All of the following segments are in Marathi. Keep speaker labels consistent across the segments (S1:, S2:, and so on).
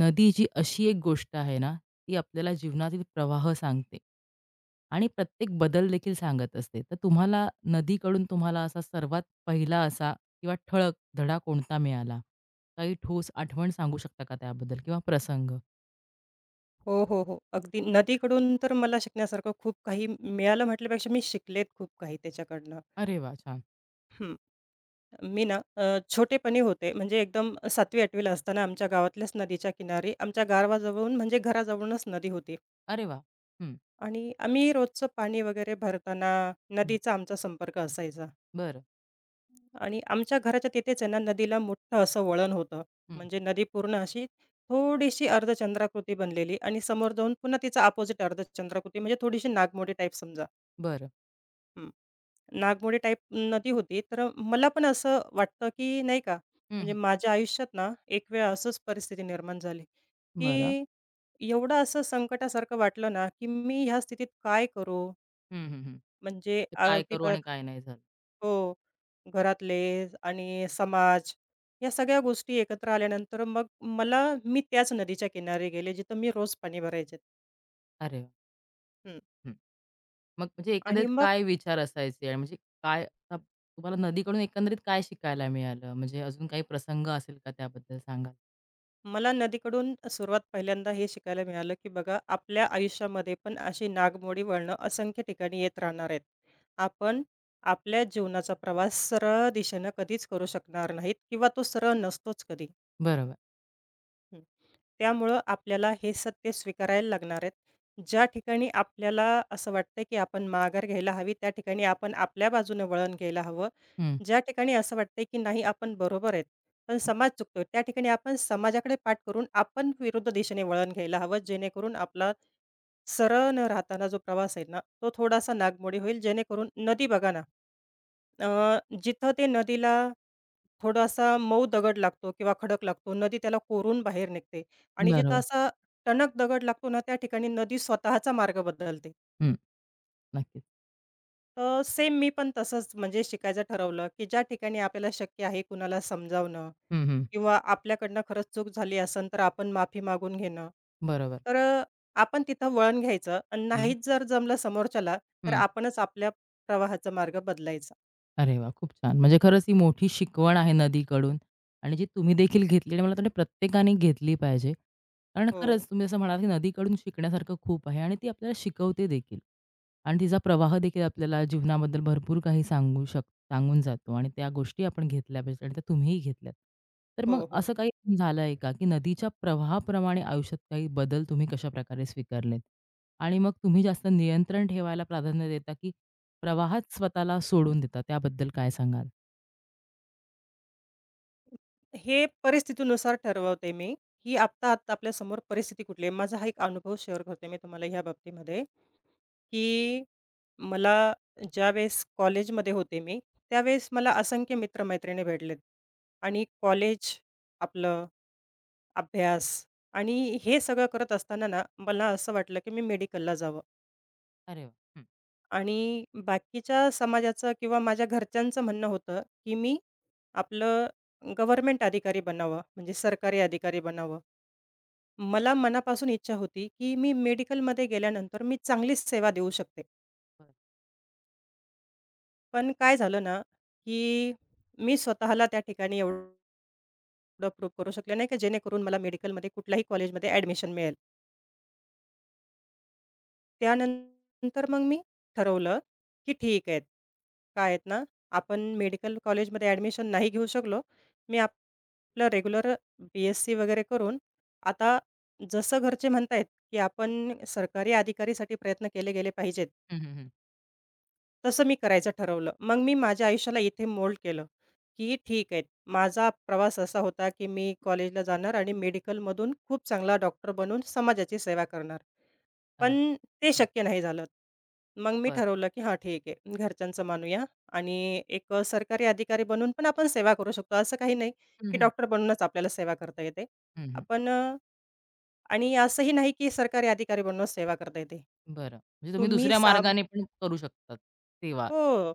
S1: नदी जी अशी एक गोष्ट आहे ना, ती आपल्याला जीवनातील प्रवाह सांगते आणि प्रत्येक बदल देखील सांगत असते. तर तुम्हाला नदीकडून असा सर्वात पहिला असा किंवा ठळक धडा कोणता मिळाला? काही ठोस आठवण सांगू शकता का त्याबद्दल किंवा प्रसंग?
S2: हो, हो, हो. अगदी नदीकडून तर मला शिकण्यासारखं खूप काही मिळालं म्हटल्यापेक्षा मी शिकलेत खूप काही त्याच्याकडनं.
S1: अरे वाह! छान.
S2: हं. मी ना छोटेपणी होते म्हणजे एकदम 7वी-8वी असताना आमच्या गावातल्याच नदीच्या किनारी आमच्या गावाजवळून म्हणजे घराजवळूनच नदी होती
S1: अरे वाह! हं,
S2: आणि आम्ही रोजचं पाणी वगैरे भरताना
S1: हं.
S2: नदीचा आमचा संपर्क असायचा
S1: बरं.
S2: आणि आमच्या घराच्या तिथेच आहे ना नदीला मोठं असं वळण होतं.
S1: हं.
S2: म्हणजे नदी पूर्ण अशी थोडीशी अर्धचंद्राकृती बनलेली आणि समोर जाऊन पुन्हा तिचा अपोझिट अर्धचंद्राकृती म्हणजे थोडीशी नागमोडी टाइप समजा.
S1: बरं.
S2: हं. नागमोडी टाइप नदी होती. तर मला पण असं वाटतं, की नाही का,
S1: हं,
S2: म्हणजे
S1: हं.
S2: माझ्या आयुष्यात ना, एक वेळ असंच परिस्थिती निर्माण झाली,
S1: बरं.
S2: की एवढं असं संकटासारखं वाटलं ना, की मी ह्या स्थितीत काय करू?
S1: हं, हं, हं.
S2: म्हणजे
S1: तर काय
S2: अगदी
S1: करू
S2: बघ
S1: आणि काय नाही झालं?
S2: हो, घरातले आणि समाज या सगळ्या गोष्टी एकत्र आल्यानंतर मग मला मी त्याच नदीच्या किनारी गेले, जिथं मी रोज पाणी भरायचे.
S1: अरे वाह!
S2: हं.
S1: हं. मग म्हणजे एकंदरीत
S2: आणि मग
S1: काय विचार असायचे आणि म्हणजे काय तुम्हाला नदीकडून एकंदरीत काय शिकायला मिळालं? म्हणजे अजून काही प्रसंग असेल का त्याबद्दल सांगाल?
S2: मला नदीकडून सुरुवात पहिल्यांदा हे शिकायला मिळालं, की बघा आपल्या आयुष्यामध्ये पण अशी नागमोडी वळणं असंख्य ठिकाणी येत राहणार आहेत. आपण आपल्या जीवनाचा प्रवास सरळ दिशेनं कधीच करू शकणार नाहीत किंवा तो सरळ नसतोच कधी.
S1: बरोबर.
S2: हं. त्यामुळं आपल्याला हे सत्य स्वीकारायला लागणार आहेत. ज्या ठिकाणी आपल्याला असं वाटतं, की आपण माघार घ्यायला हवी, त्या ठिकाणी आपण आपल्या बाजूनं वळण घ्यायला हवं.
S1: हं,
S2: ज्या ठिकाणी असं वाटतंय, की नाही आपण बरोबर आहेत, पण
S1: हं.
S2: समाज चुकतोय, त्या ठिकाणी आपण समाजाकडे पाठ करून आपण विरुद्ध दिशेने वळण घ्यायला हवं. जेणेकरून आपला सरळ न राहताना जो प्रवास आहे ना, तो थोडासा नागमोडी होईल. जेणेकरून नदी बघा ना, अ, जिथं ते नदीला थोडासा मऊ दगड लागतो किंवा खडक लागतो. नदी त्याला कोरून बाहेर निघते आणि जिथं
S1: बरोबर.
S2: असा टणक दगड लागतो ना, त्या ठिकाणी नदी स्वतःचा मार्ग बदलते.
S1: हं. नक्कीच.
S2: तर सेम मी पण तसंच म्हणजे शिकायचं ठरवलं, की ज्या ठिकाणी आपल्याला शक्य आहे कुणाला समजावणं
S1: हं, हं.
S2: किंवा आपल्याकडनं खरंच चूक झाली असेल, तर आपण माफी मागून घेणं.
S1: बरोबर.
S2: तर आपण तिथं वळण घ्यायचं आणि
S1: हं,
S2: नाहीच जर जमलं समोरच्याला, तर
S1: हं.
S2: आपणच आपल्या प्रवाहाचा मार्ग बदलायचा.
S1: अरे वाह! खूप छान. म्हणजे खरंच ही मोठी शिकवण आहे नदीकडून आणि जी तुम्ही देखील घेतली आणि मला वाटतं प्रत्येकाने घेतली पाहिजे. कारण
S2: हो.
S1: खरंच तुम्ही असं म्हणालात की नदीकडून शिकण्यासारखं खूप आहे आणि ती आपल्याला शिकवते देखील. आणि तिचा प्रवाह देखील आपल्याला जीवनाबद्दल भरपूर काही सांगून जातो आणि त्या गोष्टी आपण घेतल्या पाहिजेत आणि त्या तुम्हीही घेतल्यात. तर मग
S2: हो, हो.
S1: असं काही झालंय का, की नदीच्या प्रवाहाप्रमाणे आयुष्यात काही बदल तुम्ही कशाप्रकारे स्वीकारलेत? आणि मग तुम्ही जास्त नियंत्रण ठेवायला प्राधान्य देता की प्रवाहात स्वतःला सोडून देतात, त्याबद्दल काय सांगाल?
S2: हे परिस्थितीनुसार ठरवते मी, की आत्ता, आत्ता आपल्यासमोर परिस्थिती कुठली आहे. माझा हा एक अनुभव शेअर करते मी तुम्हाला ह्या बाबतीमध्ये, की मला ज्यावेळेस कॉलेजमध्ये होते मी, त्यावेळेस मला असंख्य मित्र भेटलेत आणि कॉलेज, आपलं अभ्यास आणि हे सगळं करत असताना ना, मला असं वाटलं की मी मेडिकलला जावं
S1: अरे वाह! हं,
S2: आणि बाकीच्या समाजाचं किंवा माझ्या घरच्यांचं म्हणणं होतं, की मी आपलं गव्हर्नमेंट अधिकारी बनावं, म्हणजे सरकारी अधिकारी बनावं. मला मनापासून इच्छा होती, की मी मेडिकलमध्ये गेल्यानंतर मी चांगलीच सेवा देऊ शकते.
S1: बरं.
S2: पण काय झालं ना, की मी स्वतःला त्या ठिकाणी एवढं प्रूव्ह करू शकले नाही, की जेणेकरून मला मेडिकलमध्ये कुठल्याही कॉलेजमध्ये ॲडमिशन मिळेल. त्यानंतर मग मी ठरवलं, की ठीक आहे, काय आहेत ना, आपण मेडिकल कॉलेजमध्ये ॲडमिशन नाही घेऊ शकलो. मी आप- आपलं रेग्युलर बी-एस-सी वगैरे करून आता जसं घरचे म्हणतायत, की आपण सरकारी अधिकारीसाठी प्रयत्न केले गेले पाहिजेत.
S1: हं, हं, हं.
S2: तसं मी करायचं ठरवलं. मग मी माझ्या आयुष्याला इथे मोल्ड केलं, की ठीक आहे. माझा प्रवास असा होता, की मी कॉलेजला जाणार आणि मेडिकलमधून खूप चांगला डॉक्टर बनून समाजाची सेवा करणार.
S1: अरे
S2: पण ते
S1: वाह! हं,
S2: शक्य नाही झालं. मग मी
S1: बरं.
S2: ठरवलं, की हां, ठीक आहे. घरच्यांचं मानूया आणि एक सरकारी अधिकारी बनून पण आपण सेवा करू शकतो. असं काही नाही,
S1: हं,
S2: की
S1: हं.
S2: डॉक्टर बनूनच आपल्याला सेवा करता येते.
S1: हं, हं.
S2: आपण आणि असंही नाही, की सरकारी अधिकारी बनूनच सेवा करता येते.
S1: बरं. म्हणजे तुम्ही
S2: तुम्ही
S1: दुसऱ्या
S2: साम
S1: मार्गाने पण करू शकतात सेवा.
S2: हो.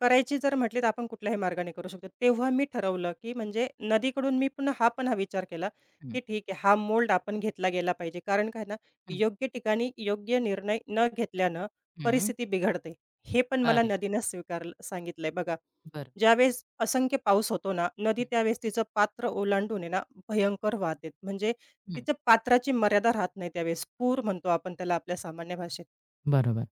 S2: करायची जर म्हटली तर आपण कुठल्याही मार्गाने करू शकतो. तेव्हा मी ठरवलं, की म्हणजे नदीकडून मी पुन्हा हा विचार केला,
S1: हं,
S2: की ठीक आहे हा मोल्ड आपण घेतला गेला पाहिजे. कारण काय ना,
S1: हं,
S2: योग्य ठिकाणी योग्य निर्णय न घेतल्यानं
S1: हं.
S2: परिस्थिती बिघडते. हे पण मला
S1: अरे
S2: नदीनं स्वीकारलं सांगितलंय बघा.
S1: बरं.
S2: ज्यावेळेस असंख्य पाऊस होतो ना, नदी
S1: हं,
S2: त्यावेळेस तिचं पात्र ओलांडून आहे ना, भयंकर वाहते. म्हणजे
S1: हं.
S2: तिच्या पात्राची मर्यादा राहत नाही त्यावेळेस. पूर म्हणतो आपण त्याला आपल्या सामान्य भाषेत.
S1: बरोबर.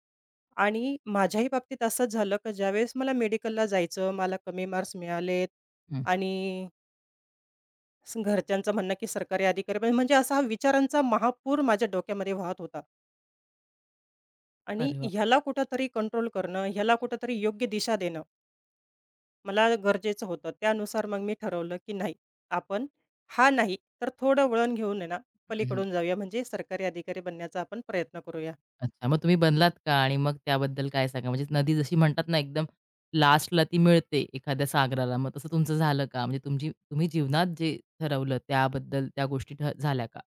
S2: आणि माझ्याही बाबतीत असंच झालं, की ज्यावेळेस मला मेडिकलला जायचं, मला कमी मार्क्स मिळालेत
S1: हं.
S2: आणि घरच्यांचं म्हणणं, की सरकारी अधिकारी पाहिजे, म्हणजे असा हा विचारांचा महापूर माझ्या डोक्यामध्ये वाहत होता आणि
S1: अरे वाह!
S2: ह्याला कुठेतरी कंट्रोल करणं, ह्याला कुठेतरी योग्य दिशा देणं मला गरजेचं होतं. त्यानुसार मग मी ठरवलं, की नाही आपण हा नाही, तर थोडं वळण घेऊन आहे ना,
S1: हं, हं.
S2: पलीकडून जाऊया म्हणजे सरकारी अधिकारी बनण्याचा आपण प्रयत्न करूया.
S1: अच्छा, मग तुम्ही बनलात का? आणि मग त्याबद्दल काय सांगा? म्हणजे नदी जशी म्हणतात ना, एकदम लास्टला ती मिळते एखाद्या सागराला, मग तसं तुमचं झालं का? म्हणजे तुमची तुम्ही जीवनात जे ठरवलं त्याबद्दल त्या गोष्टी झाल्या का?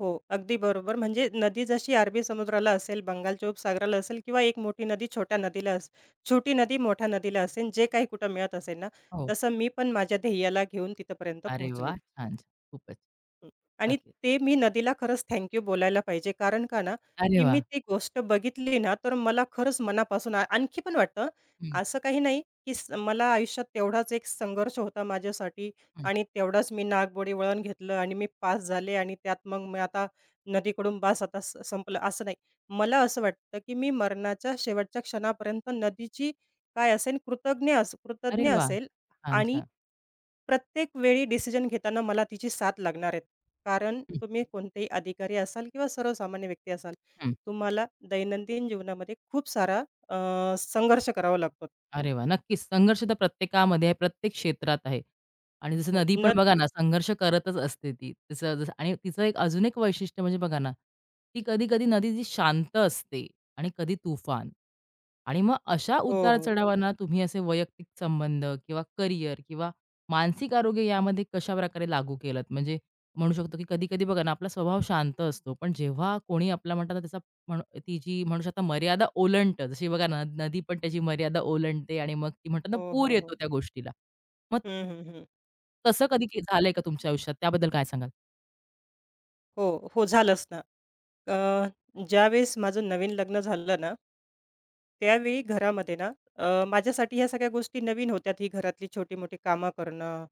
S2: हो, अगदी बरोबर. म्हणजे नदी जशी अरबी समुद्राला असेल, बंगालच्या उपसागराला असेल किंवा एक मोठी नदी छोट्या नदीला अस छोटी नदी मोठ्या नदीला असेल, जे काही कुठं मिळत असेल ना,
S1: हो.
S2: तसं मी पण माझ्या ध्येयाला घेऊन तिथपर्यंत
S1: अरे
S2: पोहोचली.
S1: वाह! छान, छान. खूपच.
S2: हं. आणि
S1: नक्कीच.
S2: ते मी नदीला खरंच थँक बोलायला पाहिजे. कारण का ना,
S1: अरे
S2: की मी
S1: वाह!
S2: ती गोष्ट बघितली ना, तर मला खरंच मनापासून आणखी पण वाटतं.
S1: हं,
S2: असं काही नाही, की मला आयुष्यात तेवढाच एक संघर्ष होता माझ्यासाठी
S1: हं.
S2: आणि तेवढाच मी नागबोळे वळण घेतलं आणि मी पास झाले आणि त्यात मग मी आता नदीकडून बास आता संपलं असं नाही. मला असं वाटतं, की मी मरणाच्या शेवटच्या क्षणापर्यंत नदीची काय असेल
S1: अरे
S2: कृतज्ञ
S1: वाह!
S2: असेल
S1: छान,
S2: आणि
S1: छान.
S2: प्रत्येक वेळी डिसिजन घेताना मला तिची साथ लागणार आहे. कारण
S1: हं,
S2: तुम्ही कोणतेही अधिकारी असाल किंवा सर्वसामान्य व्यक्ती असाल,
S1: हं.
S2: तुम्हाला दैनंदिन जीवनामध्ये खूप सारा संघर्ष करावा लागतो.
S1: अरे वाह! नक्कीच. संघर्ष तर प्रत्येकामध्ये आहे, प्रत्येक क्षेत्रात आहे. आणि जसं
S2: हो,
S1: नदी पण
S2: न
S1: बघा ना, संघर्ष करतच असते ती. तसं जसं आणि तिचं एक अजून एक वैशिष्ट्य म्हणजे बघा ना, ती कधी-कधी नदी जी शांत असते आणि कधी तुफान. आणि मग अशा
S2: हो, हो.
S1: उतार-चढावांना तुम्ही असे वैयक्तिक संबंध किंवा करिअर किंवा मानसिक आरोग्य यामध्ये कशाप्रकारे लागू केलत? म्हणजे म्हणू शकतो, की कधी-कधी बघा ना, आपला स्वभाव शांत असतो, पण जेव्हा कोणी आपला म्हणतात ना, त्याचा म्हणू ती जी म्हणू शकता मर्यादा ओलांडतं. जशी बघा ना, नदी पण त्याची मर्यादा ओलांडते आणि मग ती म्हणतात ना,
S2: हो,
S1: पूर
S2: हो,
S1: येतो
S2: हो.
S1: त्या गोष्टीला. मग
S2: हं, हं, हं.
S1: तसं कधी झालंय का तुमच्या आयुष्यात? त्याबद्दल काय सांगाल?
S2: हो, हो, झालंच ना. अ, ज्यावेळेस माझं नवीन लग्न झालं ना त्यावेळी घरामध्ये ना माझ्यासाठी ह्या सगळ्या गोष्टी नवीन होत्या, ही घरातली छोटी-मोठी कामं करणं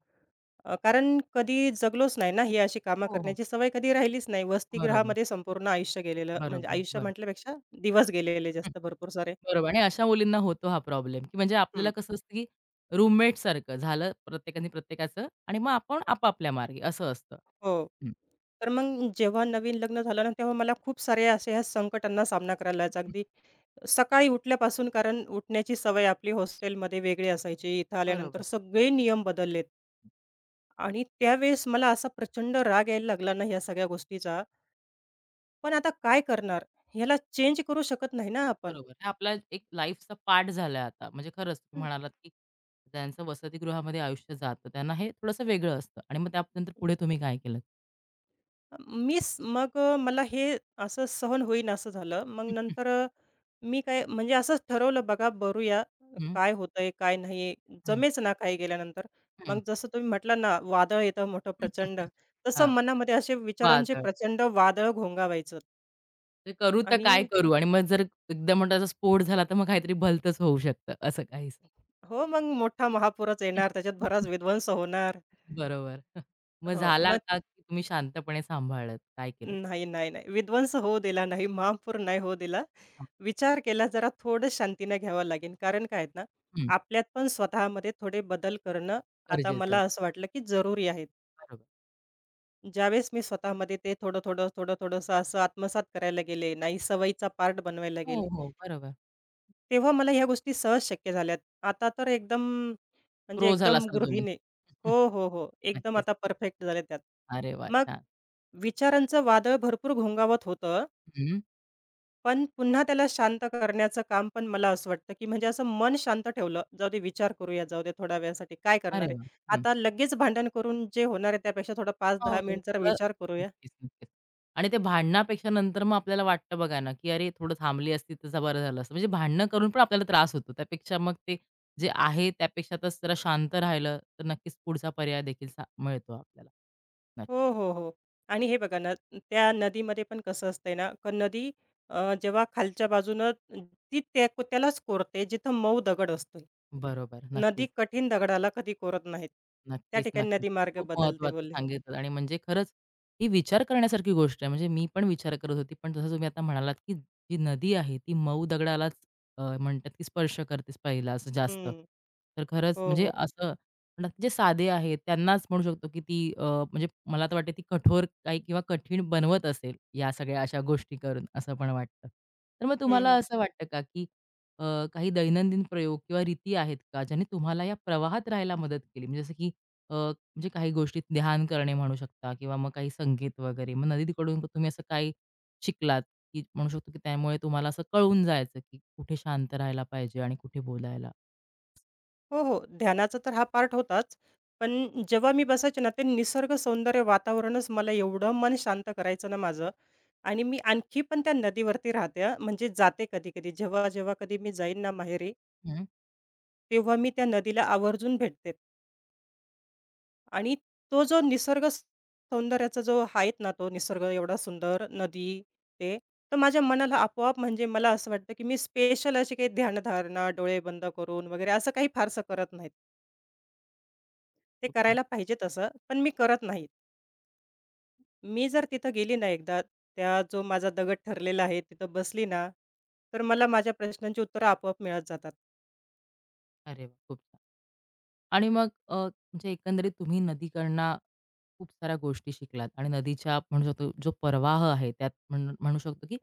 S2: कारण कधी जगलोच नाही ना, ही अशी कामं
S1: हो, हो.
S2: करण्याची सवय कधी राहिलीच नाही.
S1: बरोबर,
S2: वसतिगृहामध्ये संपूर्ण आयुष्य गेलेलं, म्हणजे
S1: बरोबर,
S2: आयुष्य
S1: बरं.
S2: म्हटल्यापेक्षा दिवस गेलेले
S1: हं,
S2: जास्त भरपूर सारे.
S1: बरोबर आणि अशा मुलींना होतो हा प्रॉब्लेम, की म्हणजे आपल्याला
S2: हं.
S1: कसं असतं, की रूममेटसारखं झालं प्रत्येकाने प्रत्येकाचं आणि मग आपण आपापल्या मार्गी असं असतं.
S2: हो.
S1: हं,
S2: तर मग जेव्हा नवीन लग्न झालं ना, तेव्हा मला खूप सारे अशा ह्या संकटांना सामना करायला लागायचा.
S1: हं.
S2: अगदी सकाळी उठल्यापासून कारण उठण्याची सवय आपली हॉस्टेलमध्ये वेगळी असायची. इथं आल्यानंतर
S1: बरोबर.
S2: सगळे नियम बदललेत आणि त्यावेळेस मला असा प्रचंड राग यायला लागला ना, ह्या सगळ्या गोष्टीचा. पण आता काय करणार? ह्याला चेंज करू शकत नाही ना आपण.
S1: बरोबर. हे आपला एक लाईफचा पार्ट झालाय आता. म्हणजे खरंच तुम्ही
S2: हं.
S1: म्हणालात, की ज्यांचं वसतिगृहामध्ये आयुष्य जातं, त्यांना हे थोडंसं वेगळं असतं आणि मग त्यानंतर पुढे तुम्ही काय केलंत?
S2: मीच मग मला हे असं सहन होईन असं झालं. मग नंतर मी काय म्हणजे असंच ठरवलं बघा बघूया
S1: हं, हं.
S2: काय होतंय, काय नाही. जमेच ना काही गेल्यानंतर.
S1: हं. हां,
S2: मग जसं तुम्ही म्हटलं ना वादळ येतं मोठं प्रचंड, तसं मनामध्ये असे विचारांचे
S1: वादळ.
S2: प्रचंड वादळ घोंगावायचं
S1: ते करू तर
S2: आणि
S1: काय करू? आणि मग जर एकदम म्हणतात स्फोट झाला, तर मग काहीतरी भलतंच होऊ शकतं, असं काहीसं.
S2: हो, मग मोठा महापूरच येणार, त्याच्यात बराच विध्वंस होणार.
S1: बरोबर. मग
S2: हो.
S1: झाला का, की तुम्ही शांतपणे सांभाळलत? काय केलंत?
S2: नाही, नाही, नाही. विध्वंस होऊ दिला नाही, महापूर नाही होऊ दिला.
S1: हां,
S2: विचार केला जरा थोडं शांतीने घ्यावं लागेल. कारण काय आहेत ना,
S1: हं.
S2: आपल्यात पण स्वतःमध्ये थोडे बदल करणं आता
S1: गरजेचं
S2: मला
S1: आहे.
S2: असं वाटलं, की जरुरी आहे.
S1: बरोबर.
S2: ज्यावेळेस मी स्वतःमध्ये ते थोडं-थोडं, थोडं-थोडंसं असं आत्मसात करायला गेले, नाही सवयीचा पार्ट बनवायला
S1: हो,
S2: गेले,
S1: हो. बरोबर.
S2: तेव्हा मला ह्या गोष्टी सहज शक्य झाल्यात. आता तर एकदम म्हणजे
S1: क्रो झाला
S2: एकदम
S1: असाल तुम्ही.
S2: गृहिणी हो, हो, हो. एकदम
S1: नक्कीच.
S2: आता परफेक्ट झाले त्यात.
S1: अरे वाह!
S2: मग
S1: छान.
S2: विचारांचं वादळ भरपूर घोंगावत होतं.
S1: हं.
S2: पण पुन्हा त्याला शांत करण्याचं काम पण मला असं वाटतं, की म्हणजे असं मन शांत ठेवलं, जाऊ दे विचार करूया, जाऊ दे थोड्या वेळासाठी काय
S1: अरे
S2: करणार आहे?
S1: वाह! हं.
S2: आता लगेच भांडण करून जे होणार आहे त्यापेक्षा थोडा 5
S1: हो.
S2: दहा मिनिट जरा
S1: थोडं
S2: विचार करूया.
S1: नक्कीच, नक्कीच. आणि ते भांडणापेक्षा नंतर मग आपल्याला वाटतं बघा ना, की "अरे, थोडं थांबली असती तर बरं झालं असतं." म्हणजे भांडणं करून पण आपल्याला त्रास होतो. त्यापेक्षा मग ते जे आहे त्यापेक्षा तर जरा शांत राहिलं तर नक्कीच पुढचा पर्याय देखील मिळतो आपल्याला. नक्की.
S2: हो, हो, हो. आणि हे बघा ना, त्या नदीमध्ये पण कसं असतंय ना, का नदी जेव्हा खालच्या बाजूनं ती त्यालाच कोरते जिथं मऊ दगड असतो.
S1: बरोबर.
S2: नदी
S1: नक्कीच.
S2: कठीण दगडाला कधी कोरत नाहीत. त्या
S1: नक्कीच,
S2: ठिकाणी
S1: नक्कीच.
S2: नदी मार्ग
S1: खूप
S2: बदलते
S1: महत्त्वाचं
S2: बोलले.
S1: सांगितलं आणि म्हणजे खरंच ही विचार करण्यासारखी गोष्ट आहे. म्हणजे मी पण विचार करत होती, पण जसं तुम्ही आता म्हणालात, की जी नदी आहे ती मऊ दगडालाच म्हणतात, की स्पर्श करतेच पहिला असं जास्त.
S2: हं.
S1: तर खरंच
S2: हो,
S1: म्हणजे
S2: हो.
S1: असं म्हणतात, की जे साधे आहेत त्यांनाच म्हणू शकतो, की ती म्हणजे मला तर वाटते ती कठोर काही किंवा कठीण बनवत असेल या सगळ्या अशा गोष्टी करून, असं पण वाटतं. तर मग तुम्हाला
S2: हं,
S1: असं वाटतं का, की अ, काही दैनंदिन प्रयोग किंवा रीती आहेत का, ज्याने तुम्हाला या प्रवाहात राहायला मदत केली? म्हणजे जसं की म्हणजे काही गोष्टीत ध्यान करणे म्हणू शकता किंवा मग काही संगीत वगैरे. मग नदीकडून तुम्ही असं काही शिकलात, की म्हणू शकतो, की त्यामुळे तुम्हाला असं कळून जायचं, की कुठे शांत राहायला पाहिजे आणि कुठे बोलायला?
S2: हो, हो. ध्यानाचा तर हा पार्ट होताच. पण जेव्हा मी बसायचे ना, ते निसर्ग सौंदर्य वातावरणच मला एवढं मन शांत करायचं ना माझं आणि मी आणखी पण त्या नदीवरती राहते हां. म्हणजे जाते कधी-कधी. जेव्हा-जेव्हा कधी मी जाईन ना माहेरी,
S1: हं.
S2: तेव्हा मी त्या नदीला आवर्जून भेटते आणि तो जो सौंदर्याचा जो आहेत ना, तो निसर्ग एवढा सुंदर, नदी ते, तर माझ्या मनाला आपोआप म्हणजे मला असं वाटतं, की मी स्पेशल अशी काही ध्यानधारणा, डोळे बंद करून वगैरे असं काही फारसं करत नाहीत. ते
S1: खूप छान.
S2: करायला पाहिजे तसं, पण मी करत नाही. मी जर तिथं गेली ना एकदा, त्या जो माझा दगड ठरलेला आहे तिथं बसली ना, तर मला माझ्या प्रश्नांची उत्तरं आपोआप मिळत जातात.
S1: अरे वाह! खूप छान. आणि मग म्हणजे एकंदरीत तुम्ही नदीकडनं खूप साऱ्या गोष्टी शिकलात आणि नदीच्या म्हणू शकतो जो प्रवाह आहे त्यात म्हणू शकतो की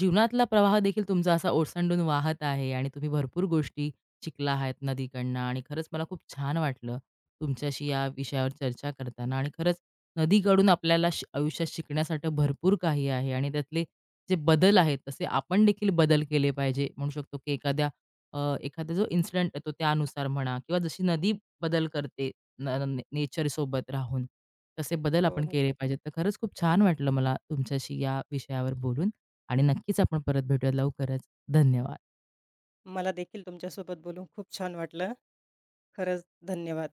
S1: जीवनातला प्रवाह देखील तुमचा असा ओसंडून वाहत आहे आणि तुम्ही भरपूर गोष्टी शिकला आहात नदीकडनं आणि खरंच मला खूप छान वाटलं तुमच्याशी या विषयावर चर्चा करताना आणि खरंच नदीकडून आपल्याला आयुष्यात शिकण्यासाठी भरपूर काही आहे आणि त्यातले जे बदल आहेत तसे आपण देखील बदल केले पाहिजे म्हणू शकतो की अ, एखादा जो इन्सिडेंट येतो त्यानुसार म्हणा किंवा जशी नदी बदल करते नेचरसोबत राहून. तसे बदल
S2: हो,
S1: आपण
S2: हो.
S1: केले पाहिजेत. तर खरंच खूप छान वाटलं मला तुमच्याशी या विषयावर बोलून आणि नक्कीच आपण परत भेटूया लवकरच. धन्यवाद.
S2: मला देखील तुमच्यासोबत बोलून खूप छान वाटलं. खरंच धन्यवाद.